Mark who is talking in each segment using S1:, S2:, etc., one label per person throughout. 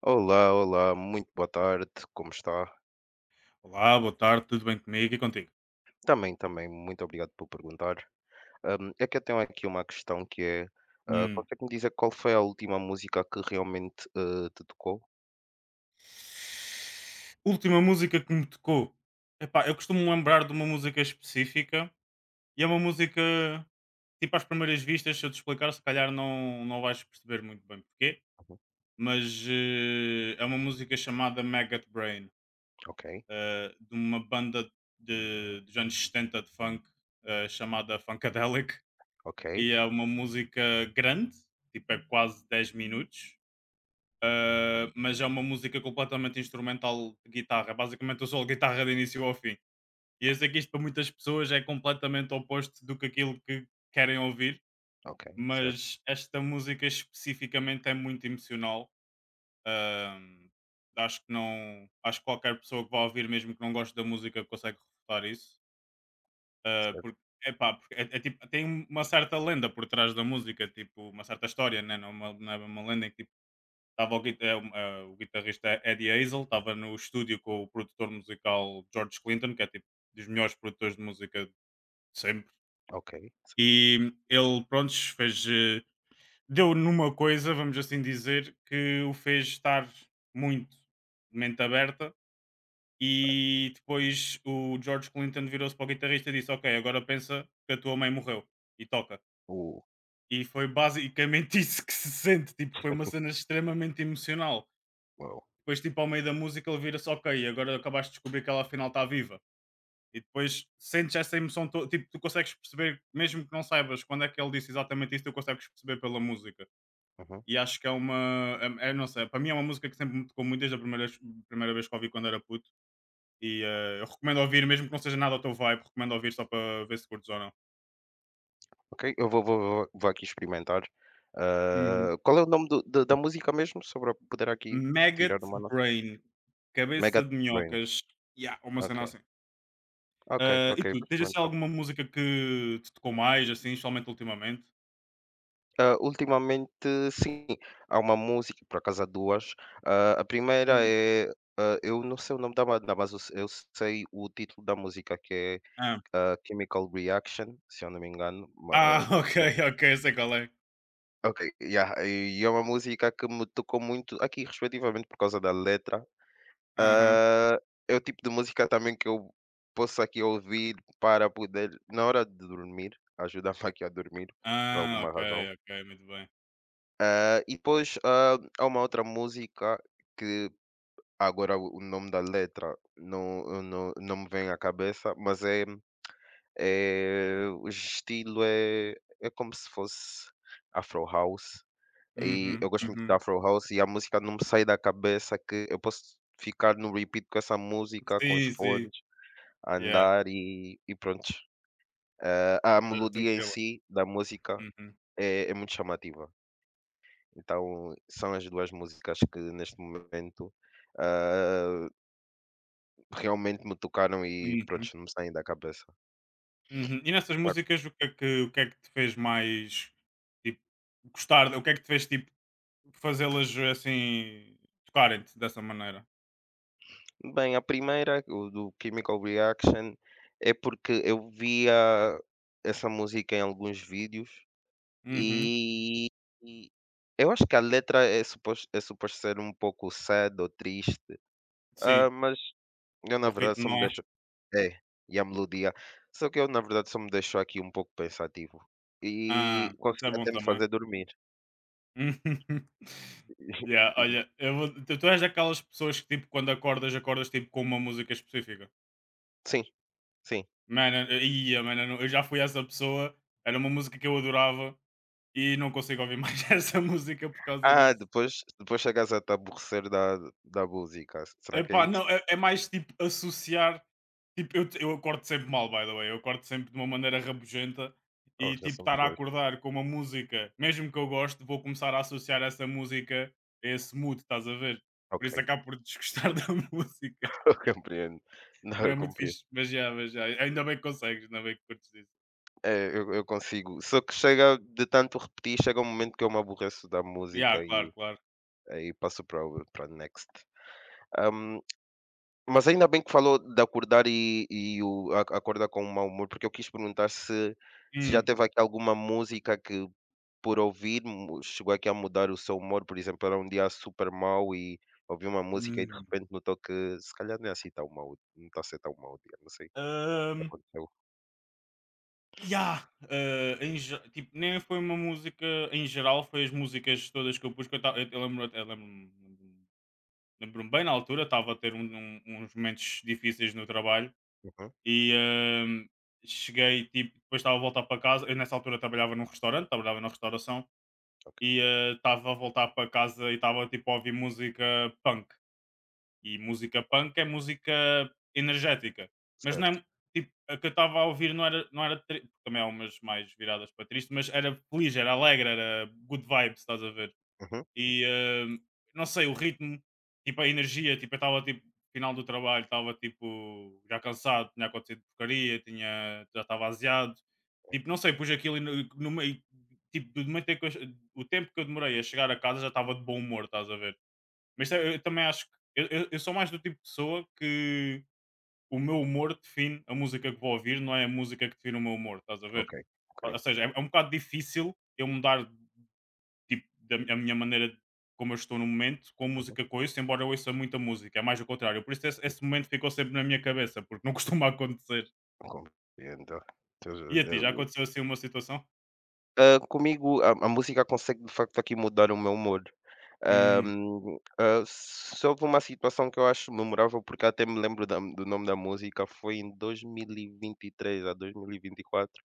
S1: Olá, olá, muito boa tarde, como está?
S2: Olá, boa tarde, tudo bem comigo e contigo?
S1: Também, também, muito obrigado por perguntar. É que eu tenho aqui uma questão que é,
S2: Hum.
S1: consegue-me dizer qual foi a última música que realmente te tocou?
S2: Última música que me tocou. Epá, eu costumo lembrar de uma música específica e é uma música, tipo, às primeiras vistas, se eu te explicar, se calhar não vais perceber muito bem porquê,
S1: Uhum.
S2: mas é uma música chamada Maggot Brain,
S1: Ok,
S2: de uma banda dos anos 70 de funk chamada Funkadelic,
S1: ok,
S2: e é uma música grande, tipo, é quase 10 minutos. Mas é uma música completamente instrumental de guitarra. Basicamente, eu sou guitarra de início ao fim. E eu sei que isto para muitas pessoas é completamente oposto do que aquilo que querem ouvir,
S1: ok, certo,
S2: mas esta música especificamente é muito emocional. Um, Acho que não. Acho que qualquer pessoa que vá ouvir, mesmo que não goste da música, consegue refutar isso. Uh,
S1: certo,
S2: porque, Epá, porque é tipo, tem uma certa lenda por trás da música, tipo, uma certa história, né? Não, é uma, não é uma lenda em que tipo, Estava o, gui- é, um, é, o guitarrista Eddie Hazel estava no estúdio com o produtor musical George Clinton, que é tipo dos melhores produtores de música de sempre.
S1: ok, certo.
S2: E ele, pronto, deu numa coisa, vamos assim dizer, que o fez estar muito de mente aberta. E depois o George Clinton virou-se para o guitarrista e disse: Ok, agora pensa que a tua mãe morreu e toca.
S1: Uh,
S2: E foi basicamente isso que se sente, tipo, foi uma cena extremamente emocional.
S1: uau,
S2: Depois tipo ao meio da música ele vira-se, ok, agora acabaste de descobrir que ela afinal está viva. E depois sentes essa emoção, tipo, tu consegues perceber, mesmo que não saibas quando é que ele disse exatamente isso, tu consegues perceber pela música.
S1: uhum.
S2: E acho que é não sei, para mim é uma música que sempre me tocou muito desde a primeira vez que a ouvi quando era puto. E eu recomendo ouvir, mesmo que não seja nada ao teu vibe, recomendo ouvir só para ver se curtes ou não.
S1: Ok, eu vou, vou, vou aqui experimentar.
S2: Uhum.
S1: Ah, qual é o nome da música mesmo? Só para poder aqui tirar
S2: Maggot
S1: uma nota.
S2: Brain,
S1: Mega
S2: cabeça de
S1: Brain.
S2: minhocas, yeah, uma
S1: Ok,
S2: cena assim.
S1: ok,
S2: Ah,
S1: ok,
S2: e tu,
S1: vou
S2: tens assim
S1: experimentar.
S2: alguma música que te tocou mais, assim, especialmente ultimamente?
S1: Ah, ultimamente, sim. Há uma música, por acaso há duas. Ah, a primeira
S2: Hum.
S1: é. Eu não sei o nome da banda, mas eu, eu sei o título da música que é
S2: Hã.
S1: Chemical Reaction, se eu não me engano.
S2: Ah,
S1: O
S2: ok,
S1: refrão.
S2: ok, sei qual é.
S1: Ok, yeah, e é uma música que me tocou muito aqui, respectivamente, por causa da letra.
S2: Aham.
S1: Ah, é o tipo de música também que eu posso aqui ouvir para poder, na hora de dormir, ajudar-me aqui a dormir, por
S2: Ah,
S1: alguma
S2: ok,
S1: razão.
S2: ok, muito bem.
S1: Ah, e depois, há uma outra música que agora o nome da letra não, eu não, não me vem à cabeça, mas é, é o estilo é, é como se fosse Afro House. E
S2: Uhum,
S1: eu gosto muito da
S2: uhum.
S1: Afro House e a música não me sai da cabeça que eu posso ficar no repeat com essa música, com os
S2: Sim, sim.
S1: fones, a
S2: Yeah,
S1: andar e pronto. Ah, a
S2: ah,
S1: melodia em
S2: tranquila.
S1: si da música
S2: Uhum,
S1: é muito chamativa. Então, são as 2 músicas que neste momento, ah, realmente me tocaram e pronto
S2: uhum,
S1: não me saem da cabeça.
S2: uhum. E nessas
S1: Claro.
S2: músicas o que é que te fez mais, tipo, gostar, o que é que te fez, tipo, fazê-las assim tocarem-te dessa maneira?
S1: Bem, a primeira, o do Chemical Reaction, é porque eu via essa música em alguns vídeos
S2: Uhum,
S1: e e eu acho que a letra é suposto ser um pouco sad ou triste,
S2: sim,
S1: mas eu na
S2: o
S1: verdade
S2: ritmo,
S1: só me
S2: não é?
S1: deixo É, e a melodia. Só que eu, na verdade, só me deixou aqui um pouco pensativo e
S2: Ah, isso é
S1: consegui
S2: bom
S1: até me
S2: também.
S1: fazer dormir.
S2: Uhum. Yeah, olha, tu, tu és daquelas pessoas que tipo quando acordas, acordas tipo com uma música específica.
S1: Sim, sim.
S2: Mano, mano, eu não- eu já fui essa pessoa, era uma música que eu adorava e não consigo ouvir mais essa música por causa
S1: Ah,
S2: disso.
S1: depois chegas a te aborrecer da música, será que é
S2: Epá,
S1: isso?
S2: não, é mais tipo associar. Tipo, eu acordo sempre mal, by the way. Eu acordo sempre de uma maneira rabugenta
S1: Oh,
S2: e
S1: já
S2: tipo
S1: somos
S2: estar a
S1: 2.
S2: acordar com uma música, mesmo que eu goste, vou começar a associar essa música a esse mood, estás a ver? Por
S1: Ok,
S2: isso acabo por desgostar da música.
S1: eu compreendo. Não,
S2: Não é
S1: eu
S2: muito
S1: compreendo.
S2: fixe, mas já. Ainda bem que consegues, ainda bem que curtes isso.
S1: É, eu consigo só que chega de tanto repetir, chega um momento que eu me aborreço da
S2: Já,
S1: música
S2: claro,
S1: e
S2: claro.
S1: aí passo para next. Hum. Mas ainda bem que falou de acordar e o a acordar com um mau humor, porque eu quis perguntar se já
S2: Hum,
S1: teve aqui alguma música que, por ouvir, mu chegou aqui a mudar o seu humor, por exemplo, era um dia super mau e ouvi uma música e de
S2: hum.
S1: repente notou que se calhar não é assim tão mau, não está a ser tão mau o dia, não sei, o que aconteceu?
S2: Ya! Nem foi uma música em geral, foi as músicas todas que eu pus, que eu estava, eu lembro lembro-me lembro-me lembro-me bem na altura, estava a ter uns momentos difíceis no trabalho
S1: Uhum,
S2: e, hum, cheguei, tipo, depois estava a voltar para casa, eu nessa altura trabalhava num restaurante, trabalhava na restauração
S1: ok,
S2: e, estava a voltar para casa e estava, tipo, a ouvir música punk. E música punk é música energética, mas não
S1: certo.
S2: é tipo, a que eu estava a ouvir não era, não era tri também há umas mais viradas para triste, mas era feliz, era alegre, era good vibes, estás a ver?
S1: Uhum,
S2: E, hã, não sei, o ritmo, tipo, a energia, tipo, eu estava, tipo, final do trabalho, estava, tipo, já cansado, tinha acontecido porcaria, tinha já estava aziado, tipo, não sei, pus aquilo e no meio, tipo, do momento em que o tempo que eu demorei a chegar a casa já estava de bom humor, estás a ver? Mas eu também acho que eu sou mais do tipo de pessoa que o meu humor define a música que vou ouvir, não é a música que define o meu humor, estás a ver?
S1: ok,
S2: Ou
S1: ok.
S2: ou seja, é um bocado difícil eu mudar, tipo, a minha maneira de como eu estou no momento com a
S1: Uhum,
S2: música que ouço, embora eu ouça muita música, é mais o contrário. Por isso esse momento ficou sempre na minha cabeça, porque não costuma acontecer.
S1: compreendo.
S2: E a ti, já aconteceu assim uma situação?
S1: Hã, comigo a música consegue de facto aqui mudar o meu humor.
S2: Hum,
S1: Se houve uma situação que eu acho memorável, porque até me lembro da do nome da música, foi em 2023 a 2024,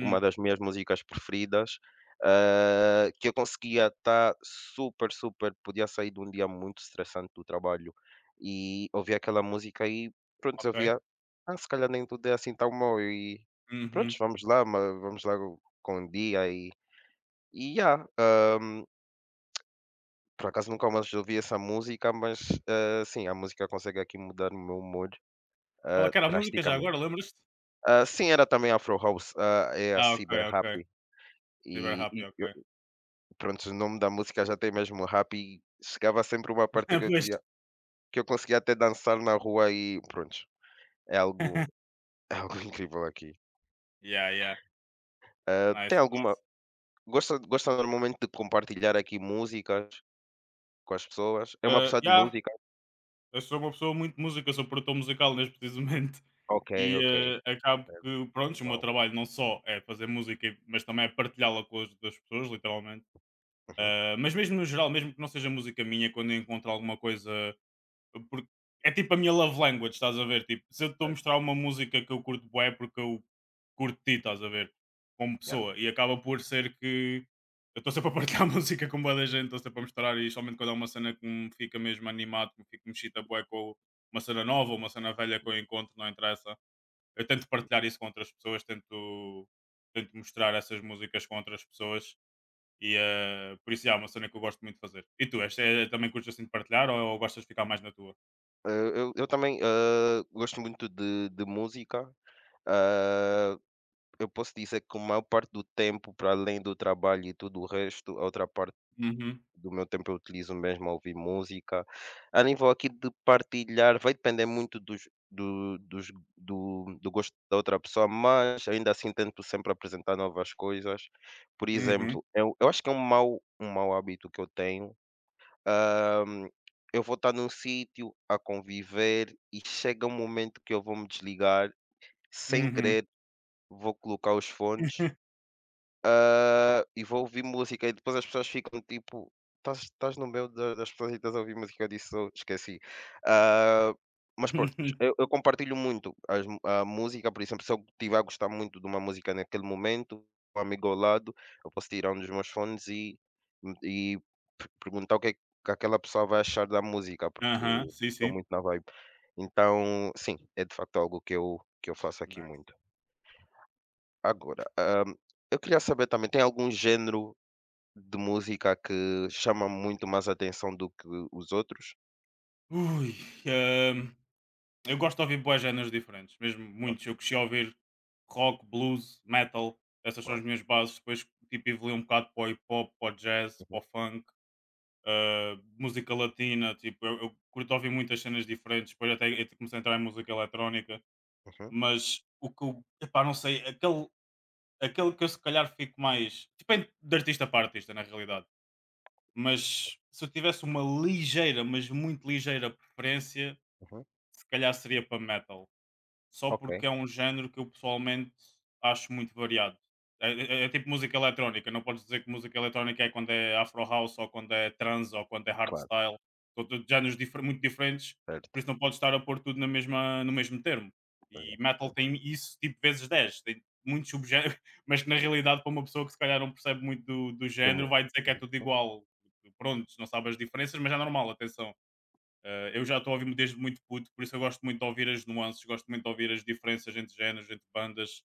S1: uma das minhas músicas preferidas, ah, que eu conseguia estar super, super podia sair de um dia muito estressante do trabalho e ouvia aquela música e pronto, eu
S2: ok,
S1: via: "Ah, se calhar nem tudo é assim tão mau e pronto
S2: uhum.
S1: vamos lá, ma vamos lá com o dia e já, por acaso nunca mais ouvi essa música, mas, sim, a música consegue aqui mudar o meu mood,
S2: Qual é
S1: ah,
S2: que era a música já
S1: drasticamente.
S2: agora, lembras-te?
S1: Ah, sim, era também Afro House, ah, é a
S2: Ah, ok,
S1: Cyber
S2: ok.
S1: Happy
S2: Super
S1: e
S2: happy,
S1: eu
S2: ok.
S1: prontos, o nome da música já tem mesmo happy chegava sempre uma parte que eu
S2: Pois.
S1: dizia que eu conseguia até dançar na rua e pronto é algo é algo incrível aqui.
S2: Yeah, yeah.
S1: Ah, tem
S2: Nice,
S1: alguma
S2: nice.
S1: gosta normalmente de compartilhar aqui músicas com as pessoas? É uma
S2: Ah,
S1: pessoa de
S2: yeah,
S1: música?
S2: eu sou uma pessoa muito de música, sou produtor musical neste precisamente
S1: Ok,
S2: e
S1: ok.
S2: ah, acabo
S1: Certo,
S2: que, pronto, o meu
S1: uau.
S2: trabalho não só é fazer música, mas também é partilhá-la com as outras pessoas, literalmente.
S1: Uhum,
S2: Ah, mas mesmo no geral, mesmo que não seja música minha, quando eu encontro alguma coisa. Porque é tipo a minha love language, estás a ver? Tipo, se eu estou a
S1: certo.
S2: mostrar uma música que eu curto bué, é porque eu curto de ti, estás a ver? Como pessoa. E acaba por ser que eu estou sempre a partilhar música com boa da gente, estou sempre a mostrar, e somente quando há uma cena que me fica mesmo animado, que me fica mexida bué com uma cena nova, uma cena velha que eu encontro, não interessa. Eu tento partilhar isso com outras pessoas, tento mostrar essas músicas com outras pessoas. E por isso já é uma cena que eu gosto muito de fazer. E tu, é, também curtes assim de partilhar ou gostas de ficar mais na tua?
S1: Eu eu também, hã, gosto muito de música. Hã, eu posso dizer que a maior parte do tempo, para além do trabalho e tudo o resto, a outra parte
S2: Uhum,
S1: do meu tempo eu utilizo mesmo a ouvir música. A nível aqui de partilhar, vai depender muito dos do dos do gosto da outra pessoa, mas ainda assim tento sempre apresentar novas coisas. Por
S2: uhum,
S1: exemplo, eu acho que é um mau mau hábito que eu tenho, hã, eu vou estar num sítio a conviver e chega um momento que eu vou me desligar, sem
S2: uhum.
S1: querer, vou colocar os fones e vou ouvir música e depois as pessoas ficam tipo, estás no meio da das pessoas e estás a ouvir música, eu disse: "Oh, esqueci". Ah, mas pronto, eu compartilho muito as mu a música, por exemplo, se eu estiver a gostar muito de uma música naquele momento, um amigo ao lado, eu posso tirar um dos meus fones e e perguntar o que é que aquela pessoa vai achar da música, porque
S2: Aham, sim,
S1: estou
S2: sim.
S1: muito na vibe. Então, sim, é de facto algo que eu faço aqui
S2: Nice.
S1: muito. Agora, hã, eu queria saber também, tem algum género de música que chama muito mais atenção do que os outros?
S2: Ui, hum, eu gosto de ouvir boas géneros diferentes, mesmo
S1: Ok,
S2: muitos. Eu cresci a ouvir rock, blues, metal, essas são
S1: bom,
S2: as minhas bases. Depois tipo, evoluí um bocado para o hip hop, para o jazz, para
S1: uhum,
S2: o funk, música latina. Tipo, eu curto ouvir muitas cenas diferentes. Depois até comecei a entrar em música eletrónica,
S1: uhum,
S2: mas o que eu, epá, não sei, aquele que eu se calhar fico mais. Depende de artista para artista, na realidade. Mas se eu tivesse uma ligeira, mas muito ligeira preferência,
S1: uhum.
S2: se calhar seria para metal só
S1: Ok,
S2: porque é um género que eu pessoalmente acho muito variado. É tipo música eletrónica, não podes dizer que música eletrónica é quando é Afro House ou quando é trans ou quando é
S1: claro,
S2: hardstyle, são todos muito diferentes, por isso
S1: certo.
S2: não podes estar a pôr tudo na mesma, no mesmo termo.
S1: Pois é,
S2: E metal
S1: sim.
S2: tem isso tipo vezes 10, tem muitos subgéneros, mas que na realidade para uma pessoa que se calhar não percebe muito do
S1: De mu
S2: género vai dizer que é tudo
S1: Uhum,
S2: igual. Pronto, não sabe as diferenças, mas é normal, atenção. Eu já estou a ouvir desde muito puto, por isso eu gosto muito de ouvir as nuances, gosto muito de ouvir as diferenças entre géneros, entre bandas,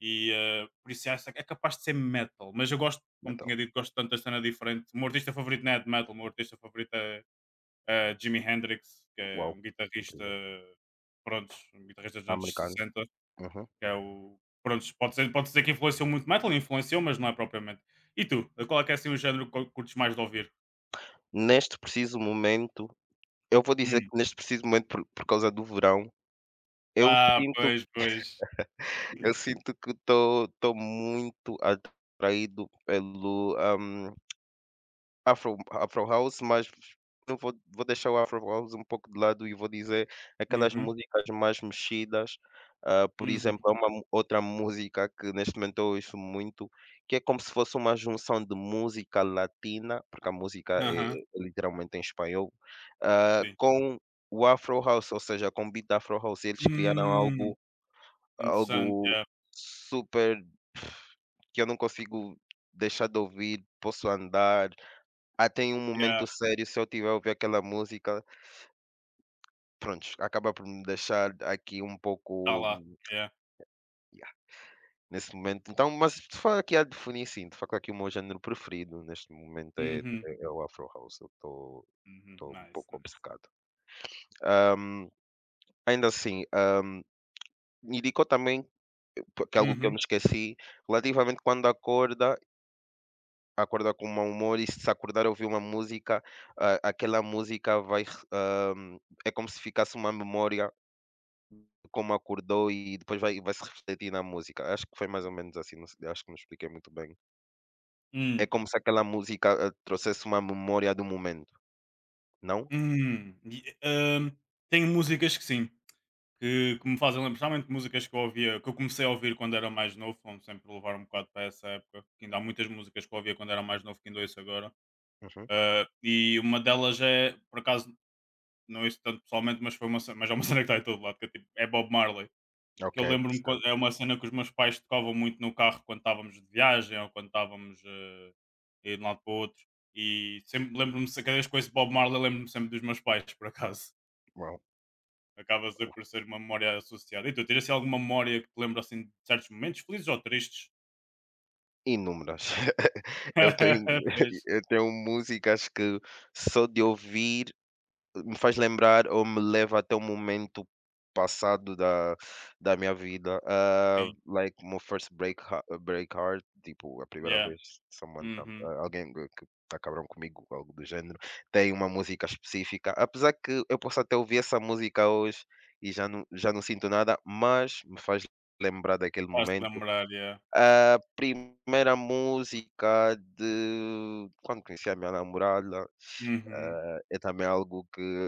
S2: e por isso acho que é capaz de ser metal. Mas eu gosto, como
S1: metal.
S2: tinha dito, gosto tanto da cena diferente. O meu artista favorito não é de metal, o meu artista favorito é Jimi Hendrix, que é
S1: Uau,
S2: um guitarrista,
S1: incrível.
S2: pronto, um guitarrista dos anos
S1: Americano.
S2: 60
S1: Uhum.
S2: que é o. Pronto, pode ser, pode dizer que influenciou muito metal, influenciou, mas não é propriamente. E tu? Qual é que é assim o género que curtes mais de ouvir?
S1: Neste preciso momento, eu vou dizer
S2: Hum.
S1: que neste preciso momento por causa do verão, eu
S2: Ah,
S1: sinto
S2: pois, pois.
S1: eu sinto que estou muito atraído pelo, Afro House, mas eu vou deixar o Afro House um pouco de lado e vou dizer aquelas
S2: Uhum.
S1: músicas mais mexidas, ah, por
S2: Uhum.
S1: exemplo, há outra música que neste momento eu ouço muito, que é como se fosse uma junção de música latina, porque a música é
S2: Aham.
S1: literalmente em espanhol, ah,
S2: Sim.
S1: com o Afro House, ou seja, com o beat da Afro House, eles criaram
S2: Hum.
S1: algo
S2: Interessante,
S1: algo
S2: yeah,
S1: super que eu não consigo deixar de ouvir, posso andar, até em um
S2: yeah,
S1: momento sério, se eu tiver a ouvir aquela música, pronto acaba por me deixar aqui um
S2: está
S1: pouco,
S2: lá, yeah.
S1: yeah, nesse momento. Então, mas de facto aqui a definir, sim, de facto aqui o meu género preferido neste momento é
S2: Uhum,
S1: é é o Afro House, eu
S2: uhum,
S1: estou um
S2: nice,
S1: pouco
S2: nice.
S1: obcecado. Hum, ainda assim, indicou também, porque é algo que eu me
S2: Uhum.
S1: esqueci, relativamente quando acorda, acorda com mau humor e se acordar a ouvir uma música, a aquela música vai, hum, é como se ficasse uma memória como acordou e depois vai se refletir na música. Acho que foi mais ou menos assim, não se acho que me expliquei muito bem. É
S2: Hum,
S1: como se aquela música, ah, trouxesse uma memória do momento, não?
S2: e, tenho músicas que sim, que me fazem lembrar, principalmente músicas que eu ouvia, que eu comecei a ouvir quando era mais novo, vamos sempre levar um bocado para essa época, que ainda há muitas músicas que eu ouvia quando era mais novo que ainda ouço agora.
S1: Uhum.
S2: Ah, e uma delas é, por acaso, não ouço tanto pessoalmente, mas, mas é uma cena que está em todo lado, que é, tipo, é Bob Marley. Que
S1: Ok,
S2: eu lembro-me,
S1: certo.
S2: é uma cena que os meus pais tocavam muito no carro quando estávamos de viagem ou quando estávamos a ir de um lado para o outro. E sempre lembro-me, cada vez que ouço Bob Marley, lembro-me sempre dos meus pais, por acaso.
S1: Uau.
S2: Acaba sempre por ser uma memória associada. E tu, tiras assim alguma memória que te lembra assim de certos momentos, felizes ou tristes?
S1: Inúmeras. Eu tenho
S2: Pois,
S1: eu tenho músicas que só de ouvir me faz lembrar ou me leva até um momento passado da minha vida. Ah,
S2: sim,
S1: like my first break, break heart, tipo, a primeira
S2: yeah.
S1: vez someone,
S2: Uhum.
S1: ah, alguém que tá cabrão comigo, algo do género, tem uma música específica. Apesar que eu posso até ouvir essa música hoje e já não sinto nada, mas me faz lembrar daquele
S2: Faz-te
S1: momento.
S2: lembrar, yeah.
S1: A primeira música de quando conheci a minha namorada,
S2: Uhum.
S1: ah, é também algo que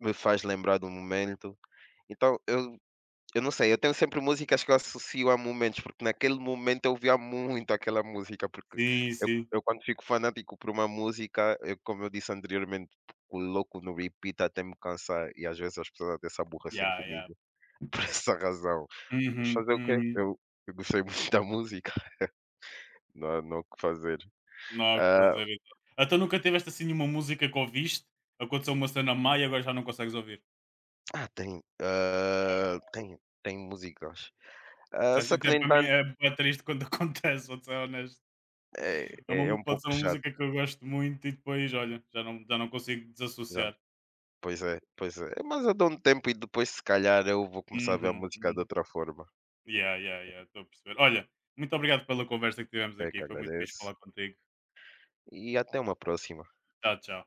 S1: me faz lembrar do momento. Então eu não sei, eu tenho sempre músicas que eu associo a momentos, porque naquele momento eu ouvia muito aquela música, porque
S2: Sim, sim.
S1: eu quando fico fanático por uma música, eu, como eu disse anteriormente, coloco no repeat até me cansar e às vezes as pessoas até se aborrecem
S2: Yeah, yeah.
S1: comigo por essa razão. Mas
S2: Uhum,
S1: fazer o quê?
S2: uhum.
S1: Eu gostei muito da música, não há o que fazer.
S2: Não há o que
S1: Ah,
S2: fazer, então. Então nunca tiveste assim nenhuma música que ouviste, aconteceu uma cena má e agora já não consegues ouvir.
S1: Tem, tem tem músicas.
S2: Isso
S1: Ah,
S2: é,
S1: só que
S2: isso
S1: no
S2: é, para mim
S1: entanto
S2: é bué triste quando acontece, vou ser honesto.
S1: é é um
S2: Pode
S1: pouco
S2: ser uma
S1: chato.
S2: música que eu gosto muito e depois, olha, já não consigo
S1: Já
S2: desassociar.
S1: pois é, pois é. É, mas eu dou um tempo e depois, se calhar, eu vou começar a ver a
S2: Uhum,
S1: música de
S2: uhum.
S1: outra forma.
S2: Yeah, yeah, yeah, estou a perceber. Olha, muito obrigado pela conversa que tivemos
S1: É que
S2: aqui, foi muito fixe
S1: agradeço.
S2: falar contigo.
S1: E até uma próxima.
S2: Tchau, tchau.